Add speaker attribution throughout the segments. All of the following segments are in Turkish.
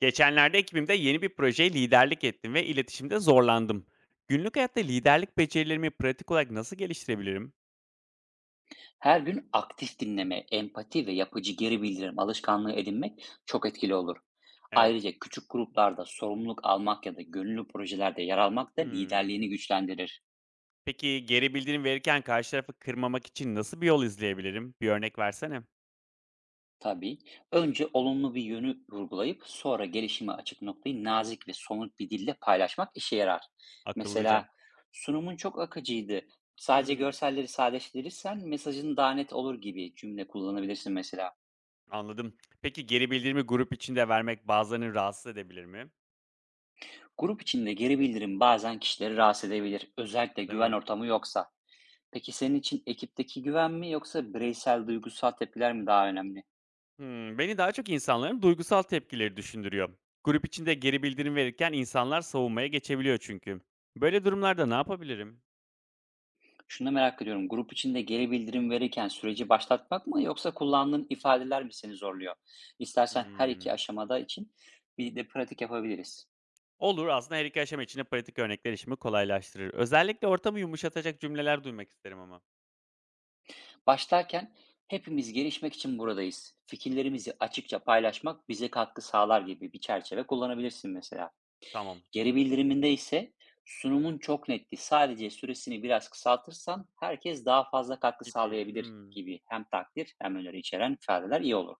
Speaker 1: Geçenlerde ekibimde yeni bir projeye liderlik ettim ve iletişimde zorlandım. Günlük hayatta liderlik becerilerimi pratik olarak nasıl geliştirebilirim?
Speaker 2: Her gün aktif dinleme, empati ve yapıcı geri bildirim alışkanlığı edinmek çok etkili olur.
Speaker 1: Evet.
Speaker 2: Ayrıca küçük gruplarda sorumluluk almak ya da gönüllü projelerde yer almak da
Speaker 1: Hmm.
Speaker 2: liderliğini güçlendirir.
Speaker 1: Peki geri bildirim verirken karşı tarafı kırmamak için nasıl bir yol izleyebilirim? Bir örnek versene.
Speaker 2: Tabii önce olumlu bir yönü vurgulayıp sonra gelişime açık noktayı nazik ve somut bir dille paylaşmak işe yarar.
Speaker 1: Akıllıca.
Speaker 2: Mesela sunumun çok akıcıydı. Sadece
Speaker 1: Hmm.
Speaker 2: görselleri sadeleştirirsen mesajın daha net olur gibi cümle kullanabilirsin mesela.
Speaker 1: Anladım. Peki geri bildirimi grup içinde vermek bazılarını rahatsız edebilir mi?
Speaker 2: Grup içinde geri bildirim bazen kişileri rahatsız edebilir, özellikle
Speaker 1: Değil
Speaker 2: güven
Speaker 1: mi?
Speaker 2: ortamı yoksa. Peki senin için ekipteki güven mi yoksa bireysel duygusal tepkiler mi daha önemli?
Speaker 1: Hmm. Beni daha çok insanların duygusal tepkileri düşündürüyor. Grup içinde geri bildirim verirken insanlar savunmaya geçebiliyor çünkü. Böyle durumlarda ne yapabilirim?
Speaker 2: Şunu da merak ediyorum. Grup içinde geri bildirim verirken süreci başlatmak mı yoksa kullandığın ifadeler mi seni zorluyor? İstersen her iki
Speaker 1: Hımm.
Speaker 2: aşamada için bir de pratik yapabiliriz.
Speaker 1: Olur, aslında her 2 aşama için de pratik örnekler işimi kolaylaştırır. Özellikle ortamı yumuşatacak cümleler duymak isterim ama.
Speaker 2: Başlarken hepimiz gelişmek için buradayız. Fikirlerimizi açıkça paylaşmak bize katkı sağlar gibi bir çerçeve kullanabilirsin mesela.
Speaker 1: "Tamam."
Speaker 2: Geri bildiriminde ise sunumun çok netti. Sadece süresini biraz kısaltırsan herkes daha fazla katkı
Speaker 1: gibi.
Speaker 2: sağlayabilir
Speaker 1: Hımm.
Speaker 2: gibi hem takdir hem öneri içeren ifadeler iyi olur.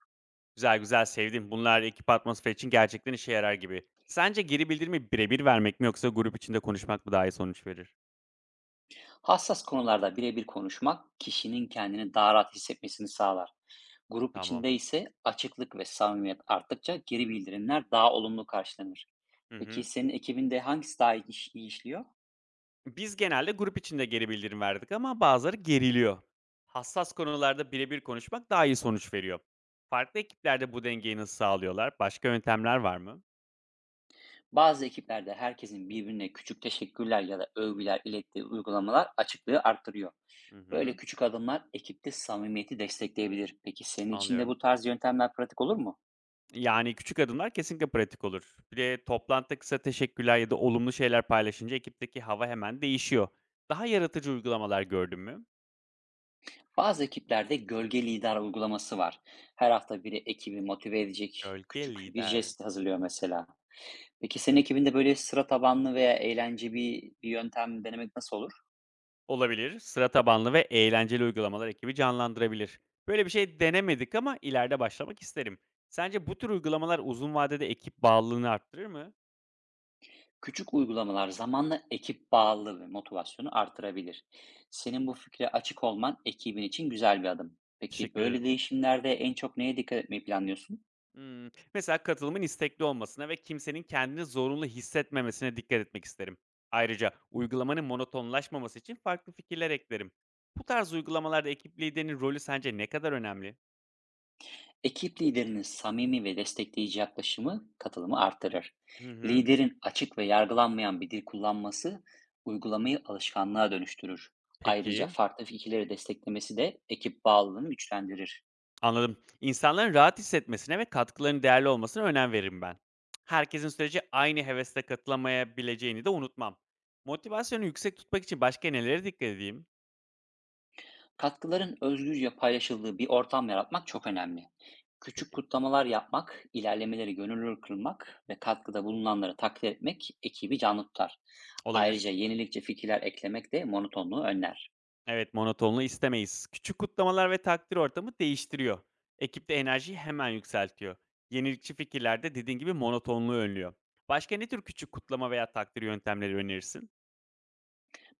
Speaker 1: Güzel, güzel, sevdim. Bunlar ekip atmosferi için gerçekten işe yarar gibi. Sence geri bildirimi birebir vermek mi yoksa grup içinde konuşmak mı daha iyi sonuç verir?
Speaker 2: Hassas konularda birebir konuşmak kişinin kendini daha rahat hissetmesini sağlar. Grup içinde
Speaker 1: Tamam.
Speaker 2: ise açıklık ve samimiyet arttıkça geri bildirimler daha olumlu karşılanır.
Speaker 1: Hı
Speaker 2: Peki
Speaker 1: hı.
Speaker 2: senin ekibinde hangisi daha iyi işliyor?
Speaker 1: Biz genelde grup içinde geri bildirim verdik ama bazıları geriliyor. Hassas konularda birebir konuşmak daha iyi sonuç veriyor. Farklı ekiplerde bu dengeyi nasıl sağlıyorlar? Başka yöntemler var mı?
Speaker 2: Bazı ekiplerde herkesin birbirine küçük teşekkürler ya da övgüler ilettiği uygulamalar açıklığı arttırıyor.
Speaker 1: Hı
Speaker 2: Böyle
Speaker 1: hı.
Speaker 2: küçük adımlar ekipte samimiyeti destekleyebilir. Peki senin için de
Speaker 1: Anlıyorum.
Speaker 2: bu tarz yöntemler pratik olur mu?
Speaker 1: Yani, küçük adımlar kesinlikle pratik olur. Bir de toplantıda kısa teşekkürler ya da olumlu şeyler paylaşınca ekipteki hava hemen değişiyor. Daha yaratıcı uygulamalar gördün mü?
Speaker 2: Bazı ekiplerde gölge lider uygulaması var. Her hafta biri ekibi motive edecek
Speaker 1: Gölge
Speaker 2: küçük bir
Speaker 1: lider.
Speaker 2: jest
Speaker 1: Hmm.
Speaker 2: hazırlıyor mesela. Peki senin ekibinde böyle sıra tabanlı veya eğlenceli bir yöntem denemek nasıl olur?
Speaker 1: Olabilir. Sıra tabanlı ve eğlenceli uygulamalar ekibi canlandırabilir. Böyle bir şey denemedik ama ileride başlamak isterim. Sence bu tür uygulamalar uzun vadede ekip bağlılığını arttırır mı?
Speaker 2: Küçük uygulamalar zamanla ekip bağlılığı ve motivasyonu artırabilir. Senin bu fikre açık olman ekibin için güzel bir adım. Peki
Speaker 1: Teşekkür ederim.
Speaker 2: böyle değişimlerde en çok neye dikkat etmeyi planlıyorsun?
Speaker 1: Hımm. Mesela katılımın istekli olmasına ve kimsenin kendini zorunlu hissetmemesine dikkat etmek isterim. Ayrıca uygulamanın monotonlaşmaması için farklı fikirler eklerim. Bu tarz uygulamalarda ekip liderinin rolü sence ne kadar önemli?
Speaker 2: Ekip liderinin samimi ve destekleyici yaklaşımı katılımı artırır.
Speaker 1: Hı hı.
Speaker 2: Liderin açık ve yargılanmayan bir dil kullanması uygulamayı alışkanlığa dönüştürür. Ayrıca
Speaker 1: Peki,
Speaker 2: farklı fikirleri desteklemesi de ekip bağlılığını güçlendirir.
Speaker 1: anladım. İnsanların rahat hissetmesine ve katkılarının değerli olmasına önem veririm ben. Herkesin sürece aynı hevesle katılamayabileceğini de unutmam. Motivasyonu yüksek tutmak için başka nelere dikkat edeyim?
Speaker 2: Katkıların özgürce paylaşıldığı bir ortam yaratmak çok önemli. Küçük
Speaker 1: Peki,
Speaker 2: kutlamalar yapmak, ilerlemeleri gönüllü kılmak ve katkıda bulunanları takdir etmek ekibi canlı tutar.
Speaker 1: olabilir.
Speaker 2: Ayrıca yenilikçi fikirler eklemek de monotonluğu önler.
Speaker 1: Evet, monotonluğu istemeyiz. Küçük kutlamalar ve takdir ortamı değiştiriyor. Ekipte enerjiyi hemen yükseltiyor. Yenilikçi fikirler de dediğin gibi monotonluğu önlüyor. Başka ne tür küçük kutlama veya takdir yöntemleri önerirsin?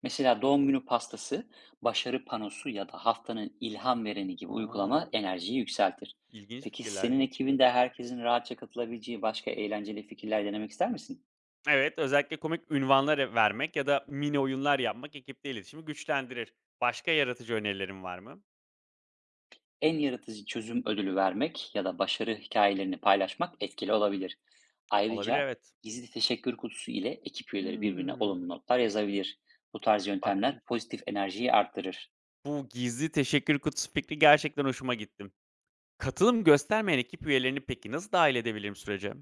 Speaker 2: Mesela doğum günü pastası, başarı panosu ya da haftanın ilham vereni gibi
Speaker 1: Aa,
Speaker 2: uygulama enerjiyi yükseltir.
Speaker 1: ilginç
Speaker 2: Peki
Speaker 1: fikirler.
Speaker 2: senin ekibinde herkesin rahatça katılabileceği başka eğlenceli fikirler denemek ister misin?
Speaker 1: Evet, özellikle komik ünvanlar vermek ya da mini oyunlar yapmak ekipte iletişimi güçlendirir. Başka yaratıcı önerilerin var mı?
Speaker 2: En yaratıcı çözüm ödülü vermek ya da başarı hikayelerini paylaşmak etkili olabilir.
Speaker 1: Olabilir,
Speaker 2: Ayrıca
Speaker 1: evet.
Speaker 2: gizli teşekkür kutusu ile ekip üyeleri birbirine
Speaker 1: Hmm,
Speaker 2: olumlu notlar yazabilir. Bu tarz
Speaker 1: bak,
Speaker 2: yöntemler pozitif enerjiyi arttırır.
Speaker 1: bu gizli teşekkür kutusu fikri gerçekten hoşuma gitti. Katılım göstermeyen ekip üyelerini peki nasıl dahil edebilirim sürece?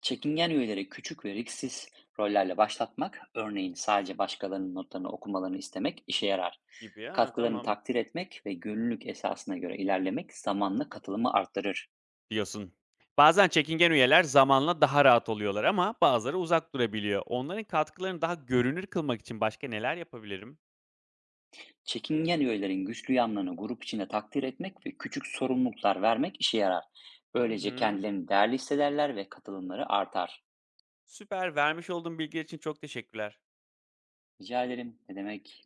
Speaker 2: Çekingen üyeleri küçük ve risksiz rollerle başlatmak, örneğin sadece başkalarının notlarını okumalarını istemek işe yarar.
Speaker 1: Gibi. Ya
Speaker 2: Katkılarını
Speaker 1: tamam.
Speaker 2: takdir etmek ve gönüllülük esasına göre ilerlemek zamanla katılımı arttırır.
Speaker 1: Diyorsun. Bazen çekingen üyeler zamanla daha rahat oluyorlar ama bazıları uzak durabiliyor. Onların katkılarını daha görünür kılmak için başka neler yapabilirim?
Speaker 2: Çekingen üyelerin güçlü yanlarını grup içinde takdir etmek ve küçük sorumluluklar vermek işe yarar.
Speaker 1: Hı
Speaker 2: Böylece
Speaker 1: hı.
Speaker 2: kendilerini değerli hissederler ve katılımları artar.
Speaker 1: Süper. Vermiş olduğun bilgiler için çok teşekkürler.
Speaker 2: Rica ederim. Ne demek?